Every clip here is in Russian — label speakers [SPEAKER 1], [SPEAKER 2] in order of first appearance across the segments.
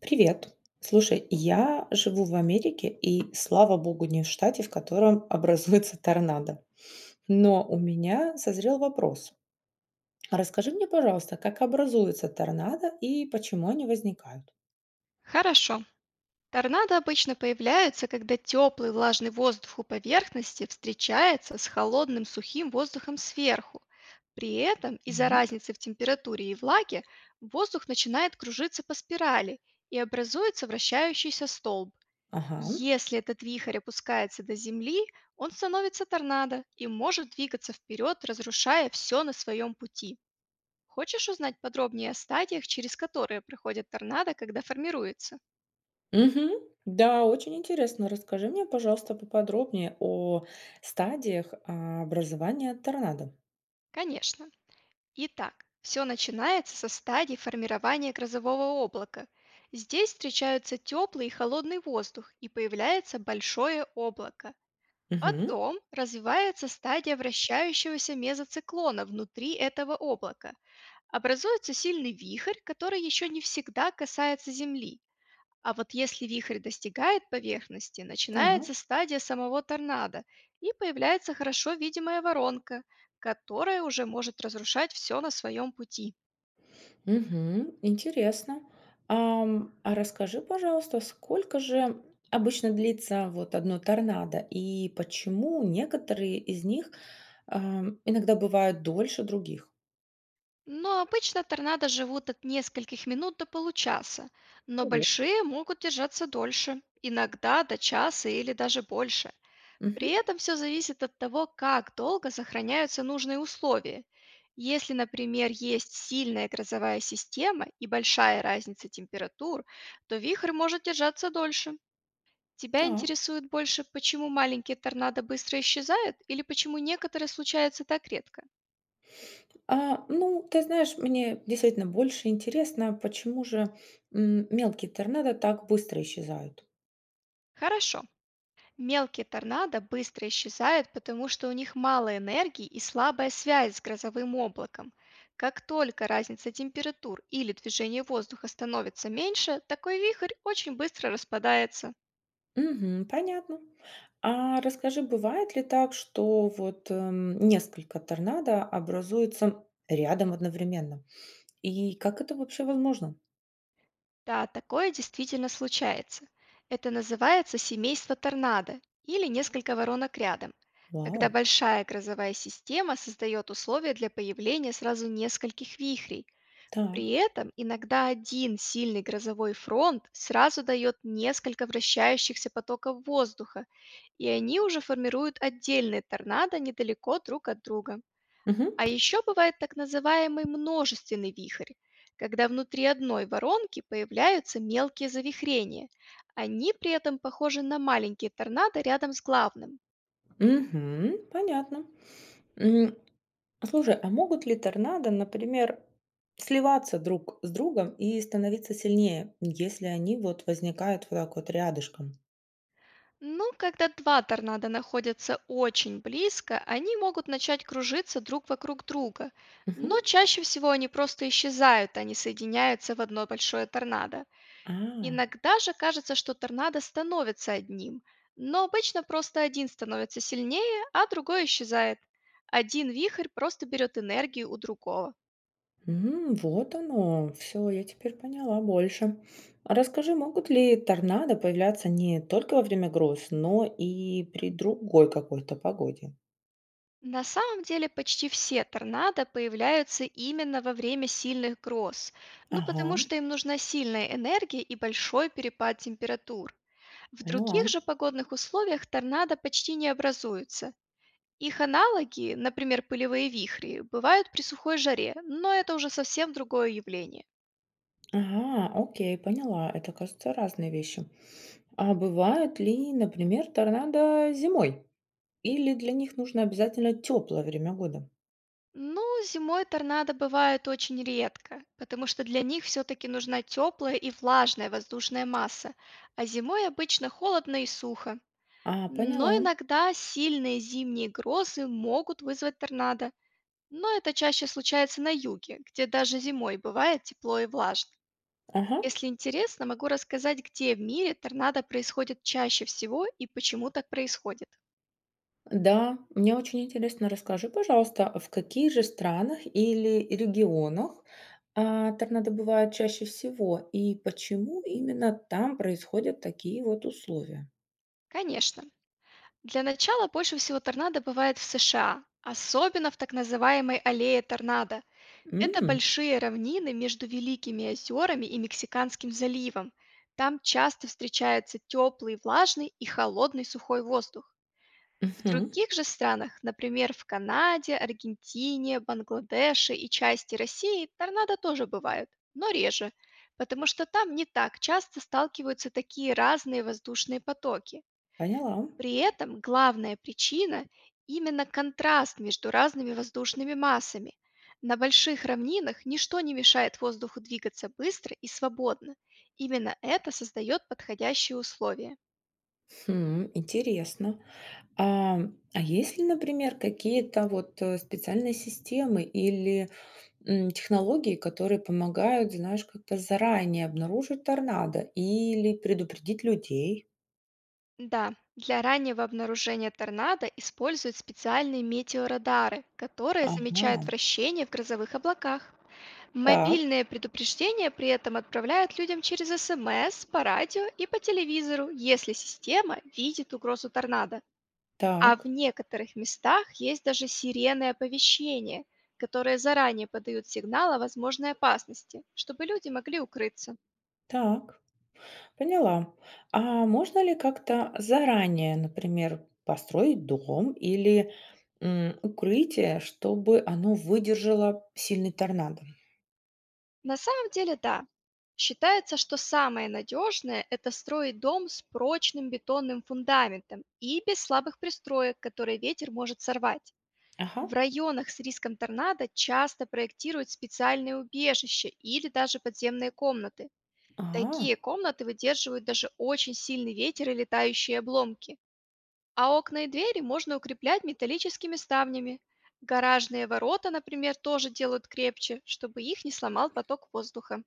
[SPEAKER 1] Привет. Слушай, я живу в Америке, и слава богу, не в штате, в котором образуется торнадо. Но у меня созрел вопрос. А расскажи мне, пожалуйста, как образуются торнадо и почему они возникают?
[SPEAKER 2] Хорошо. Торнадо обычно появляются, когда теплый влажный воздух у поверхности встречается с холодным сухим воздухом сверху. При этом из-за
[SPEAKER 1] Так.
[SPEAKER 2] разницы в температуре и влаге воздух начинает кружиться по спирали и образуется вращающийся столб.
[SPEAKER 1] Ага.
[SPEAKER 2] Если этот вихрь опускается до земли, он становится торнадо и может двигаться вперед, разрушая все на своем пути. Хочешь узнать подробнее о стадиях, через которые проходят торнадо, когда формируется?
[SPEAKER 1] Мгм. Да, очень интересно. Расскажи мне, пожалуйста, поподробнее о стадиях образования торнадо.
[SPEAKER 2] Конечно. Итак, все начинается со стадии формирования грозового облака. Здесь встречаются теплый и холодный воздух и появляется большое облако.
[SPEAKER 1] Угу.
[SPEAKER 2] Потом развивается стадия вращающегося мезоциклона внутри этого облака. Образуется сильный вихрь, который еще не всегда касается Земли. А вот если вихрь достигает поверхности, начинается стадия самого торнадо, и появляется хорошо видимая воронка, которая уже может разрушать все на своем пути.
[SPEAKER 1] Мгм. Интересно. А расскажи, пожалуйста, сколько же обычно длится вот одно торнадо и почему некоторые из них, иногда бывают дольше других?
[SPEAKER 2] Но обычно торнадо живут от нескольких минут до получаса, но
[SPEAKER 1] Ого.
[SPEAKER 2] большие могут держаться дольше, иногда до часа или даже больше.
[SPEAKER 1] Мгм.
[SPEAKER 2] При этом все зависит от того, как долго сохраняются нужные условия. Если, например, есть сильная грозовая система и большая разница температур, то вихрь может держаться дольше. Тебя
[SPEAKER 1] Так.
[SPEAKER 2] интересует больше, почему маленькие торнадо быстро исчезают или почему некоторые случаются так редко?
[SPEAKER 1] А, ну, ты знаешь, мне действительно больше интересно, почему же, мелкие торнадо так быстро исчезают?
[SPEAKER 2] Хорошо. Мелкие торнадо быстро исчезают, потому что у них мало энергии и слабая связь с грозовым облаком. Как только разница температур или движение воздуха становится меньше, такой вихрь очень быстро распадается.
[SPEAKER 1] Мгм. Понятно. А расскажи, бывает ли так, что вот, несколько торнадо образуются рядом одновременно? И как это вообще возможно?
[SPEAKER 2] Да, такое действительно случается. Это называется семейство торнадо или несколько воронок рядом, когда
[SPEAKER 1] Вау!
[SPEAKER 2] большая грозовая система создает условия для появления сразу нескольких вихрей. При
[SPEAKER 1] Так.
[SPEAKER 2] этом иногда один сильный грозовой фронт сразу дает несколько вращающихся потоков воздуха, и они уже формируют отдельные торнадо недалеко друг от друга.
[SPEAKER 1] Мгм.
[SPEAKER 2] А еще бывает так называемый множественный вихрь, когда внутри одной воронки появляются мелкие завихрения. Они при этом похожи на маленькие торнадо рядом с главным.
[SPEAKER 1] Мгм. Понятно. М, Слушай, а могут ли торнадо, например, сливаться друг с другом и становиться сильнее, если они вот возникают вот так вот рядышком?
[SPEAKER 2] Ну, когда два торнадо находятся очень близко, они могут начать кружиться друг вокруг друга.
[SPEAKER 1] Мгм.
[SPEAKER 2] Но чаще всего они просто исчезают, а не соединяются в одно большое торнадо.
[SPEAKER 1] А.
[SPEAKER 2] Иногда же кажется, что торнадо становится одним, но обычно просто один становится сильнее, а другой исчезает. Один вихрь просто берет энергию у другого.
[SPEAKER 1] Вот оно, все, я теперь поняла больше. А расскажи, могут ли торнадо появляться не только во время гроз, но и при другой какой-то погоде?
[SPEAKER 2] На самом деле почти все торнадо появляются именно во время сильных гроз, ну потому
[SPEAKER 1] Ага,
[SPEAKER 2] что им нужна сильная энергия и большой перепад температур. В
[SPEAKER 1] поняла.
[SPEAKER 2] других же погодных условиях торнадо почти не образуются. Их аналоги, например, пылевые вихри, бывают при сухой жаре, но это уже совсем другое явление.
[SPEAKER 1] Ага, окей, поняла. Это, кажется, разные вещи. А бывают ли, например, торнадо зимой? Или для них нужно обязательно теплое время года?
[SPEAKER 2] Ну, зимой торнадо бывают очень редко, потому что для них все-таки нужна теплая и влажная воздушная масса, а зимой обычно холодно и сухо.
[SPEAKER 1] А,
[SPEAKER 2] Но
[SPEAKER 1] поняла.
[SPEAKER 2] иногда сильные зимние грозы могут вызвать торнадо, но это чаще случается на юге, где даже зимой бывает тепло и влажно.
[SPEAKER 1] Ага.
[SPEAKER 2] Если интересно, могу рассказать, где в мире торнадо происходит чаще всего и почему так происходит.
[SPEAKER 1] Да, мне очень интересно. Расскажи, пожалуйста, в каких же странах или регионах, торнадо бывают чаще всего и почему именно там происходят такие вот условия?
[SPEAKER 2] Конечно. Для начала больше всего торнадо бывает в США, особенно в так называемой аллее торнадо. Это
[SPEAKER 1] М,
[SPEAKER 2] большие равнины между Великими озерами и Мексиканским заливом. Там часто встречается теплый, влажный и холодный сухой воздух. В
[SPEAKER 1] мгм,
[SPEAKER 2] других же странах, например, в Канаде, Аргентине, Бангладеше и части России, торнадо тоже бывают, но реже, потому что там не так часто сталкиваются такие разные воздушные потоки.
[SPEAKER 1] поняла.
[SPEAKER 2] При этом главная причина– именно контраст между разными воздушными массами. На больших равнинах ничто не мешает воздуху двигаться быстро и свободно. Именно это создает подходящие условия.
[SPEAKER 1] Хм, интересно. А, а, есть ли, например, какие-то вот, специальные системы или, технологии, которые помогают, знаешь, как-то заранее обнаружить торнадо или предупредить людей?
[SPEAKER 2] Да, для раннего обнаружения торнадо используют специальные метеорадары, которые
[SPEAKER 1] Ага.
[SPEAKER 2] замечают вращение в грозовых облаках.
[SPEAKER 1] Так,
[SPEAKER 2] Мобильные предупреждения при этом отправляют людям через СМС, по радио и по телевизору, если система видит угрозу торнадо. А в
[SPEAKER 1] так,
[SPEAKER 2] некоторых местах есть даже сирены оповещения, которые заранее подают сигнал о возможной опасности, чтобы люди могли укрыться.
[SPEAKER 1] так, поняла. А можно ли как-то заранее, например, построить дом или, укрытие, чтобы оно выдержало сильный торнадо?
[SPEAKER 2] На самом деле, да. Считается, что самое надежное– это строить дом с прочным бетонным фундаментом и без слабых пристроек, которые ветер может сорвать.
[SPEAKER 1] Ага.
[SPEAKER 2] В районах с риском торнадо часто проектируют специальные убежища или даже подземные комнаты.
[SPEAKER 1] А,
[SPEAKER 2] Такие комнаты выдерживают даже очень сильный ветер и летающие обломки. А окна и двери можно укреплять металлическими ставнями. Гаражные ворота, например, тоже делают крепче, чтобы их не сломал поток воздуха.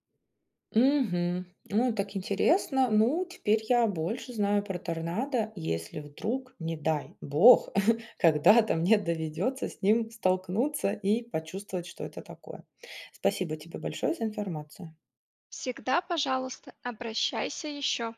[SPEAKER 1] угу. Ну, так интересно. Ну, теперь я больше знаю про торнадо, если вдруг, не дай бог, когда-то мне доведется с ним столкнуться и почувствовать, что это такое. Спасибо тебе большое за информацию.
[SPEAKER 2] Всегда, пожалуйста, обращайся еще.